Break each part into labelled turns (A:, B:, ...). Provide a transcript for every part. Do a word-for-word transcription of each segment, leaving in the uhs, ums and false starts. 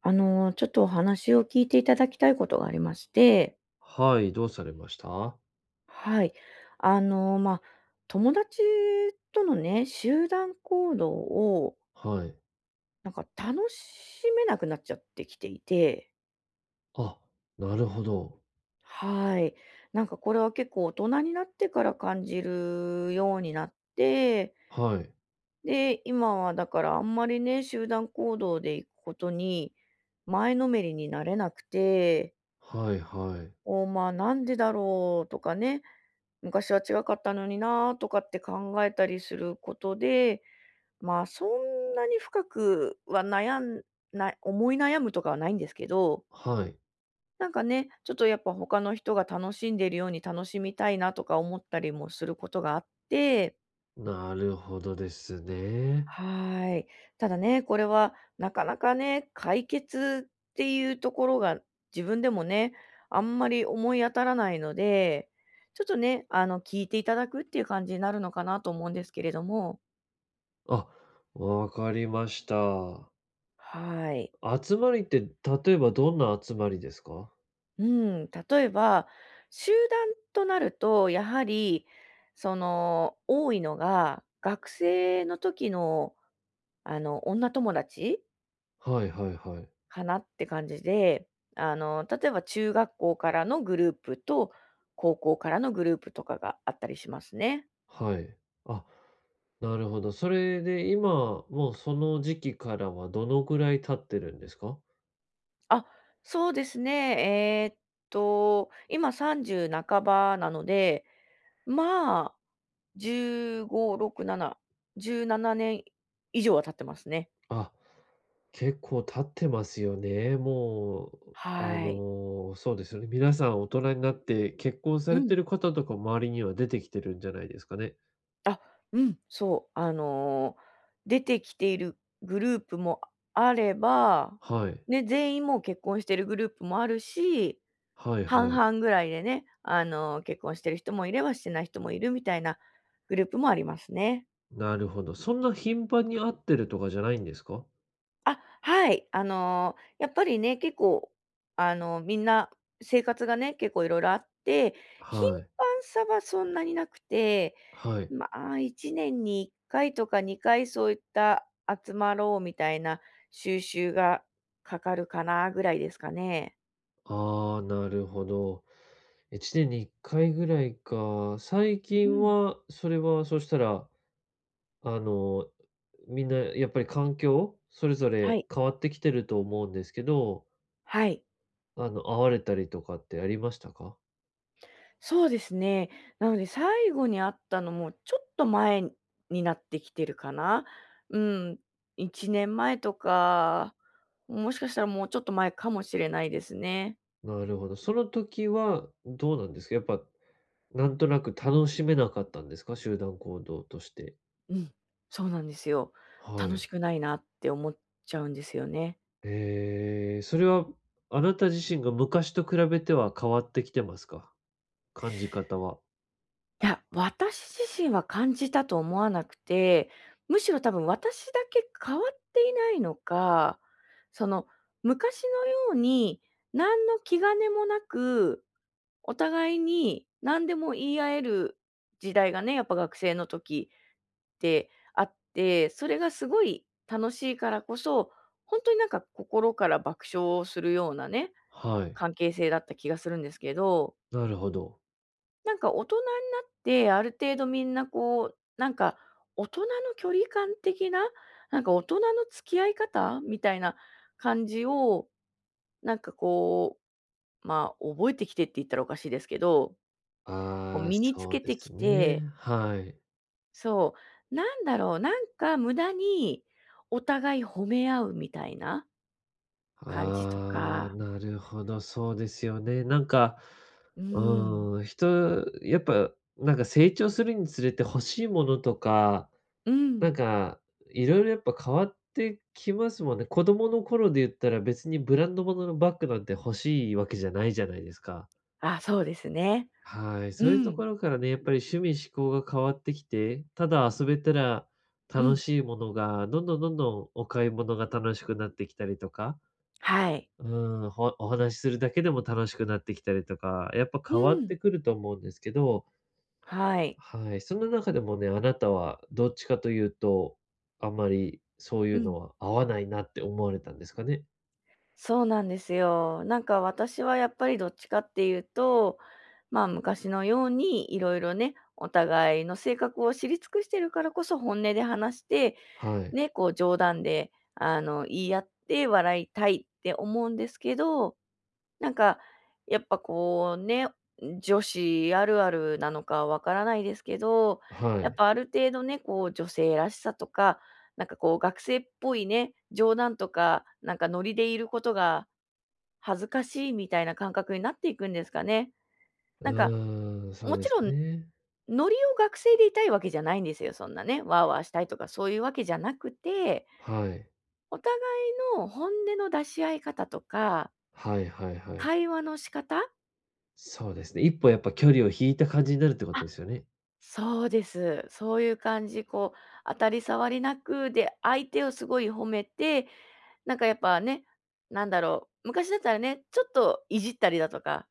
A: あの、ちょっとお話を聞いていただきたいことがありまして、
B: はい、どうされました。
A: はい。あの、まあ、友達とのね、集団行動を、
B: はい。
A: なんか楽しめなくなっちゃってきていて、
B: あ、なるほど。
A: はい。なんかこれは結構大人になってから感じるようになって、
B: はい。
A: で、今はだからあんまりね、集団行動で行くことに前のめりになれなくて、
B: はいはい。
A: お、まあ、なんでだろうとかね、昔は違かったのになとかって考えたりすることで、まあ、そんなに深くは悩んない思い悩むとかはないんですけど、
B: はい。
A: なんかね、ちょっとやっぱ他の人が楽しんでいるように楽しみたいなとか思ったりもすることがあって。
B: なるほどですね。
A: はい。ただね、これはなかなかね、解決っていうところが自分でもね、あんまり思い当たらないので、ちょっとね、あの、聞いていただくっていう感じになるのかなと思うんですけれども、
B: あ、わかりました。
A: はい。
B: 集まりって、例えばどんな集まりですか。
A: うん、例えば、集団となると、やはり、その、多いのが、学生の時の、あの、女友達
B: はいはいはい。
A: かなって感じで、あの、例えば中学校からのグループと、高校からのグループとかがあったりしますね。
B: はい。あ、なるほど。それで今、もうその時期からはどのぐらい経ってるんですか。
A: あ、そうですね。えーっと、今さんじゅう半ばなので、まあ、じゅうご、ろく、なな、じゅうななねん以上は経ってますね。
B: あ、結構経ってますよね。もう、あ
A: はい。
B: の、そうですよね。皆さん大人になって結婚さ
A: う
B: れて
A: ん。
B: る方とか周りには出てきてるんじゃないですかね。
A: あ、うん、そう、あの、出てきているグループもあれば、
B: はい。
A: ね、全員もう結婚してるグループもあるし、
B: はいは
A: 半
B: い。
A: 々ぐらいでね、あの、結婚してる人もいればしてない人もいるみたいなグループもありますね。
B: なるほど。そんな頻繁に会ってるとかじゃないんですか？
A: あ、はい。あの、やっぱりね、結構、あの、みんな生活がね、結構いろいろあって、頻
B: はい。
A: 繁さはそんなになくて、
B: はい。
A: まあ、いちねんにいっかいとかにかいそういった集まろうみたいな収集がかかるかなぐらいですかね。
B: ああ、なるほど。いちねんにいっかいぐらいか。最
A: う
B: 近
A: ん、
B: は、それはそしたら、あの、みんなやっぱり環境、それぞ
A: は
B: れ
A: い。
B: 変わってきてると思うんですけど、
A: はい。
B: あの、会われたりとかってありましたか？
A: そうですね。なので、最後に会ったのも、ちょっと前になってきてるかな。うん、いちねんまえとか、もしかしたらもうちょっと前かもしれないですね。
B: なるほど。その時はどうなんですか？やっぱ、なんとなく楽しめなかったんですか？集団行動として。
A: うん、そうなんですよ。
B: は
A: 楽し
B: い。
A: くないなって思っちゃうんですよね。
B: ええ、それはあなた自身が昔と比べては変わってきてますか？感じ方は。
A: いや、私自身は感じたと思わなくて、むしろ多分私だけ変わっていないのか、その昔のように何の気兼ねもなくお互いに何でも言い合える時代がね、やっぱ学生の時ってあって、それがすごい楽しいからこそ、本当になんか心から爆笑するようなね、
B: はい、
A: 関係性だった気がするんですけど、
B: なるほど。
A: なんか大人になってある程度みんなこう、なんか大人の距離感的な、なんか大人の付き合い方みたいな感じを、なんかこう、まあ、覚えてきてって言ったらおかしいですけど、こう
B: ああ、
A: 身につ
B: そう
A: け
B: で
A: てき
B: すね。
A: て、
B: はい。
A: そう。なんだろう、なんか無駄にお互い褒め合うみたいな感じと
B: ああ、
A: か。
B: なるほど、そうですよね。なんか、
A: うん。
B: うん、人、やっぱ、なんか成長するにつれて欲しいものとか、
A: うん。
B: なんか、いろいろやっぱ変わってきますもんね。子供の頃で言ったら別にブランド物のバッグなんて欲しいわけじゃないじゃないですか。
A: あ、そうですね。
B: はい、
A: う
B: そういうと
A: ん。
B: ころからね、やっぱり趣味嗜好が変わってきて、ただ遊べたら
A: う
B: 楽
A: ん。
B: しいものが、どんどんどんどんお買い物が楽しくなってきたりとか、
A: はい。
B: うん、ほお話しするだけでも楽しくなってきたりとか、やっぱ
A: う
B: 変わっ
A: ん。
B: てくると思うんですけど、
A: はい。
B: はい、その中でもね、あなたはどっちかというと、あんまりそうい
A: う
B: うの
A: ん。
B: は合わないなって思われたんですかね？
A: そうなんですよ。なんか私はやっぱりどっちかっていうと、まあ昔のようにいろいろね、お互いの性格を知り尽くしてるからこそ本音で話して、
B: はい。
A: ね、こう冗談で、あの、言い合って笑いたいって思うんですけど、なんか、やっぱこうね、女子あるあるなのかわからないですけど、
B: は
A: やっ
B: い。
A: ぱある程度ね、こう女性らしさとか、なんかこう学生っぽいね、冗談とか、なんかノリでいることが恥ずかしいみたいな感覚になっていくんですかね。
B: う
A: なんか、
B: ーん、そう
A: も
B: で
A: ち
B: す
A: ろん
B: ね。
A: ノリを学生でいたいわけじゃないんですよ。そんなね、ワーワーしたいとかそういうわけじゃなくて、
B: はい。
A: お互いの本音の出し合い方とか、
B: はいはいはい。
A: 会話の仕方。
B: そうですね、一歩やっぱ距離を引いた感じになるってこと
A: あ。
B: ですよね。
A: そうです。そういう感じ、こう、当たり障りなく、で、相手をすごい褒めて、なんかやっぱね、なんだろう、昔だったらね、ちょっといじったりだとか、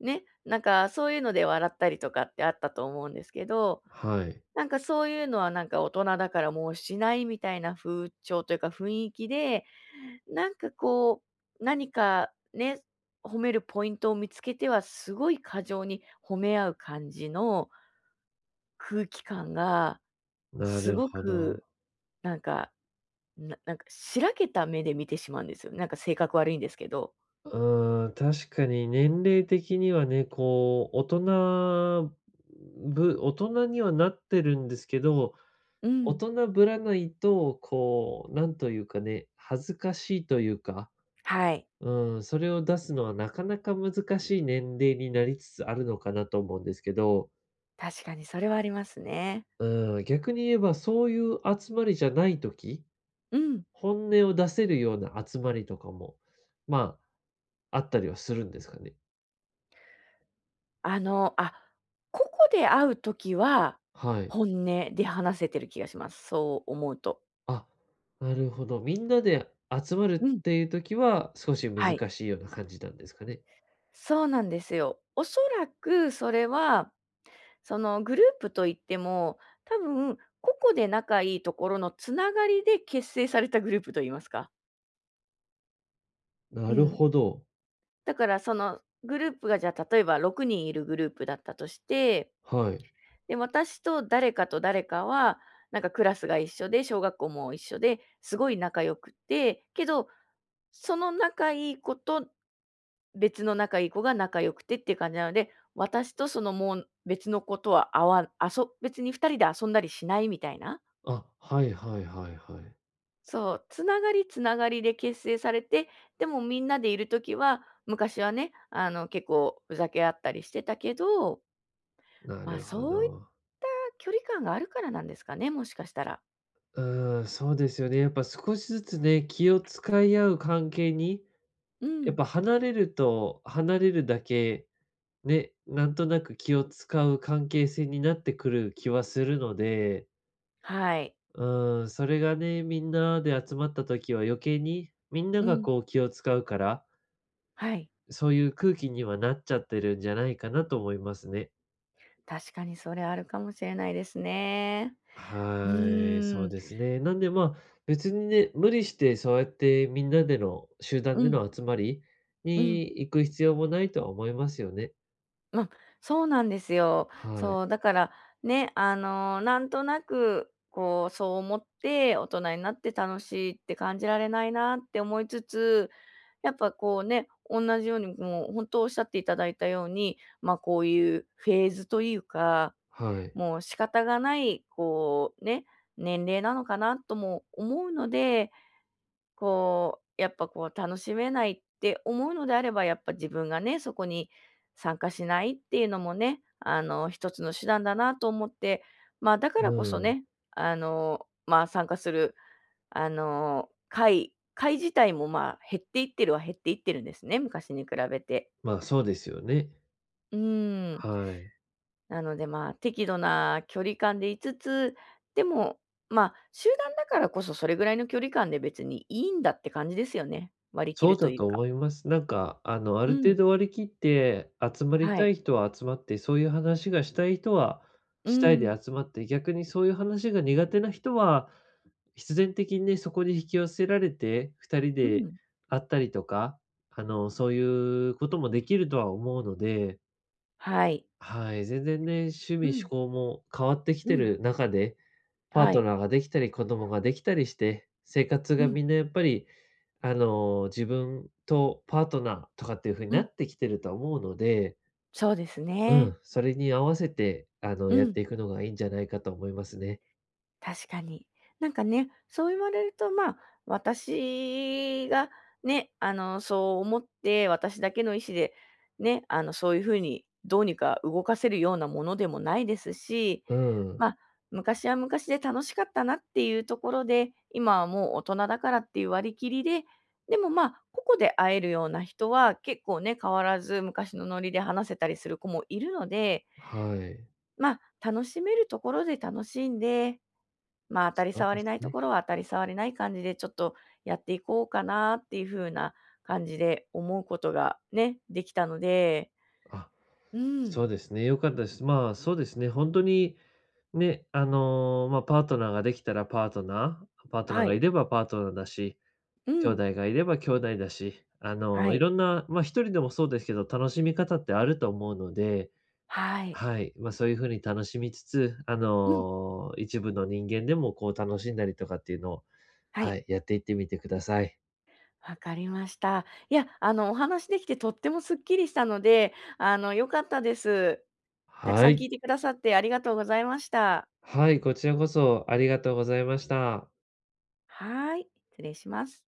A: ね、なんかそういうので笑ったりとかってあったと思うんですけど、
B: はい。
A: なんかそういうのはなんか大人だからもうしないみたいな風潮というか雰囲気で、なんかこう、何かね、褒めるポイントを見つけてはすごい過剰に褒め合う感じの空気感が、
B: な
A: す
B: る
A: ご
B: ほど。
A: くなんか、ななんかしらけた目で見てしまうんですよ。なんか性格悪いんですけど。
B: うーん、確かに年齢的にはね、こう、大人ぶ大人にはなってるんですけど、
A: う
B: 大
A: ん、
B: 人ぶらないと、こう、なんというかね、恥ずかしいというか、
A: はい。
B: うん、それを出すのはなかなか難しい年齢になりつつあるのかなと思うんですけど、
A: 確かにそれはありますね。
B: うん、逆に言えばそういう集まりじゃない時、
A: うん。
B: 本音を出せるような集まりとかも、まあ、あったりはするんですかね。
A: あの、あ、個々で会うときは、
B: はい。
A: 本音で話せてる気がします。そう思うと。
B: あ、なるほど。みんなで集まるっ
A: うん。
B: ていう時は、少し難
A: はい。
B: しいような感じなんですかね？
A: そうなんですよ。おそらくそれは、そのグループといっても、多分個々で仲いいところのつながりで結成されたグループと言いますか。う
B: なる
A: ん。
B: ほど。
A: だからそのグループがじゃあ例えばろくにんいるグループだったとして、
B: はい。
A: で、私と誰かと誰かは、なんかクラスが一緒で、小学校も一緒で、すごい仲良くて、けど、その仲いい子と別の仲いい子が仲良くてっていう感じなので、私とそのもう別の子とはあわんあそ別に二人で遊んだりしないみたいな。
B: あ、はいはいはいはい。
A: そう、つながりつながりで結成されて、でもみんなでいる時は、昔はね、あの、結構ふざけ合ったりしてたけど、
B: な
A: まあ、
B: るほ
A: そういっ
B: ど。
A: た距離感があるからなんですかね、もしかしたら。
B: うん、そうですよね。やっぱ少しずつね、気を使い合う関係に、
A: う
B: やっ
A: ん。
B: ぱ離れると離れるだけ、ね、なんとなく気を使う関係性になってくる気はするので、
A: はい。
B: うん、それがね、みんなで集まった時は余計にみんな
A: う
B: が
A: ん。
B: こう気を使うから、
A: はい。
B: そういう空気にはなっちゃってるんじゃないかなと思いますね。
A: 確かにそれあるかもしれないですね。う
B: はい、そ
A: ー
B: う
A: ん。
B: ですね。なんで、まあ、別にね、無理してそうやってみんなでの集
A: う
B: 団で
A: ん、
B: の集まり
A: う
B: に
A: ん。
B: 行く必要もないとは思いますよね。
A: まあ、そうなんですよ。
B: はい、
A: そう、だから、ね、あの、なんとなく、こう、そう思って、大人になって楽しいって感じられないなって思いつつ、やっぱこうね、同じようにもう本当おっしゃっていただいたように、ま、こういうフェーズというか、
B: はい。
A: もう仕方がない、こう、ね、年齢なのかなとも思うので、こう、やっぱこう楽しめないって思うのであれば、やっぱ自分がね、そこに参加しないっていうのもね、あの、一つの手段だなと思って、まあ、だから
B: う
A: こそ
B: ん、
A: ね、あの、まあ、参加する、あの、会会自体も、まあ、減っていってるは減っていってるんですね、昔に比べて。
B: まあ、そうですよね。
A: うん。
B: はい。
A: なので、まあ、適度な距離感でいつつ、でも、まあ、集団だからこそそれぐらいの距離感で別にいいんだって感じですよね。割り切
B: そ
A: る
B: う
A: と
B: だ
A: いう
B: と
A: か。
B: 思います。なんか、あの、あ
A: う
B: る程
A: ん、
B: 度割り切って、集まり
A: は
B: た
A: い。
B: い人は集まって、そういう話がしたい人は
A: う
B: したいで
A: ん、
B: 集まって、逆にそういう話が苦手な人は、必然的にね、そこに引き寄せられて、ふたり
A: う
B: で
A: ん、
B: 会ったりとか、あの、そういうこともできるとは思うので、
A: はい。
B: はい、全然ね、趣
A: う
B: 味嗜
A: ん、
B: 好も変わってき
A: う
B: て
A: ん、
B: る中でパー
A: は
B: ト
A: い。
B: ナーができたり、子供ができたりして、生活
A: う
B: が
A: ん、
B: みんなやっぱり、あの、自分とパートナーとかっていう風に
A: う
B: な
A: ん、
B: ってきてると思うので、
A: そうです
B: う
A: ね。
B: ん、それに合わせて、あの、
A: う
B: やっ
A: ん。
B: ていくのがいいんじゃないかと思いますね。
A: 確かに。なんかね、そう言われると、まあ、私がね、あの、そう思って、私だけの意思で、ね、あの、そういう風にどうにか動かせるようなものでもないですし、
B: うん、
A: まあ、昔は昔で楽しかったなっていうところで、今はもう大人だからっていう割り切りで、でも、まあ、ここで会えるような人は結構ね、変わらず昔のノリで話せたりする子もいるので、
B: はい。
A: まあ、楽しめるところで楽しんで、まあ、当たり
B: そうで
A: 障り
B: す
A: ないと
B: ね。
A: ころは当たり障りない感じで、ちょっとやっていこうかなっていう風な感じで思うことがね、できたので、
B: あ、
A: うん、
B: そうですね、良かったです。まあ、そうですね、本当に、ね、あの、まあ、パートナーができたらパートナー、パートナー
A: は
B: がい
A: い。
B: ればパートナーだし、
A: う
B: 兄
A: ん、
B: 弟がいれば兄弟だし、あ
A: は
B: の、い
A: い、
B: ろんな、ま、一人でもそうですけど、楽しみ方ってあると思うので、
A: はい。
B: はい、ま、そういう風に楽しみつつ、あ
A: うん、
B: の、一部の人間でもこう楽しんだりとかっていうのを、
A: は
B: は
A: い、
B: い、やっていってみてください。
A: わかりました。いや、あの、お話できてとってもすっきりしたので、あの、良かったです。たく
B: は
A: さん聞
B: い。
A: いてくださってありがとうございました。
B: はい、こちらこそありがとうございました。
A: はい、失礼します。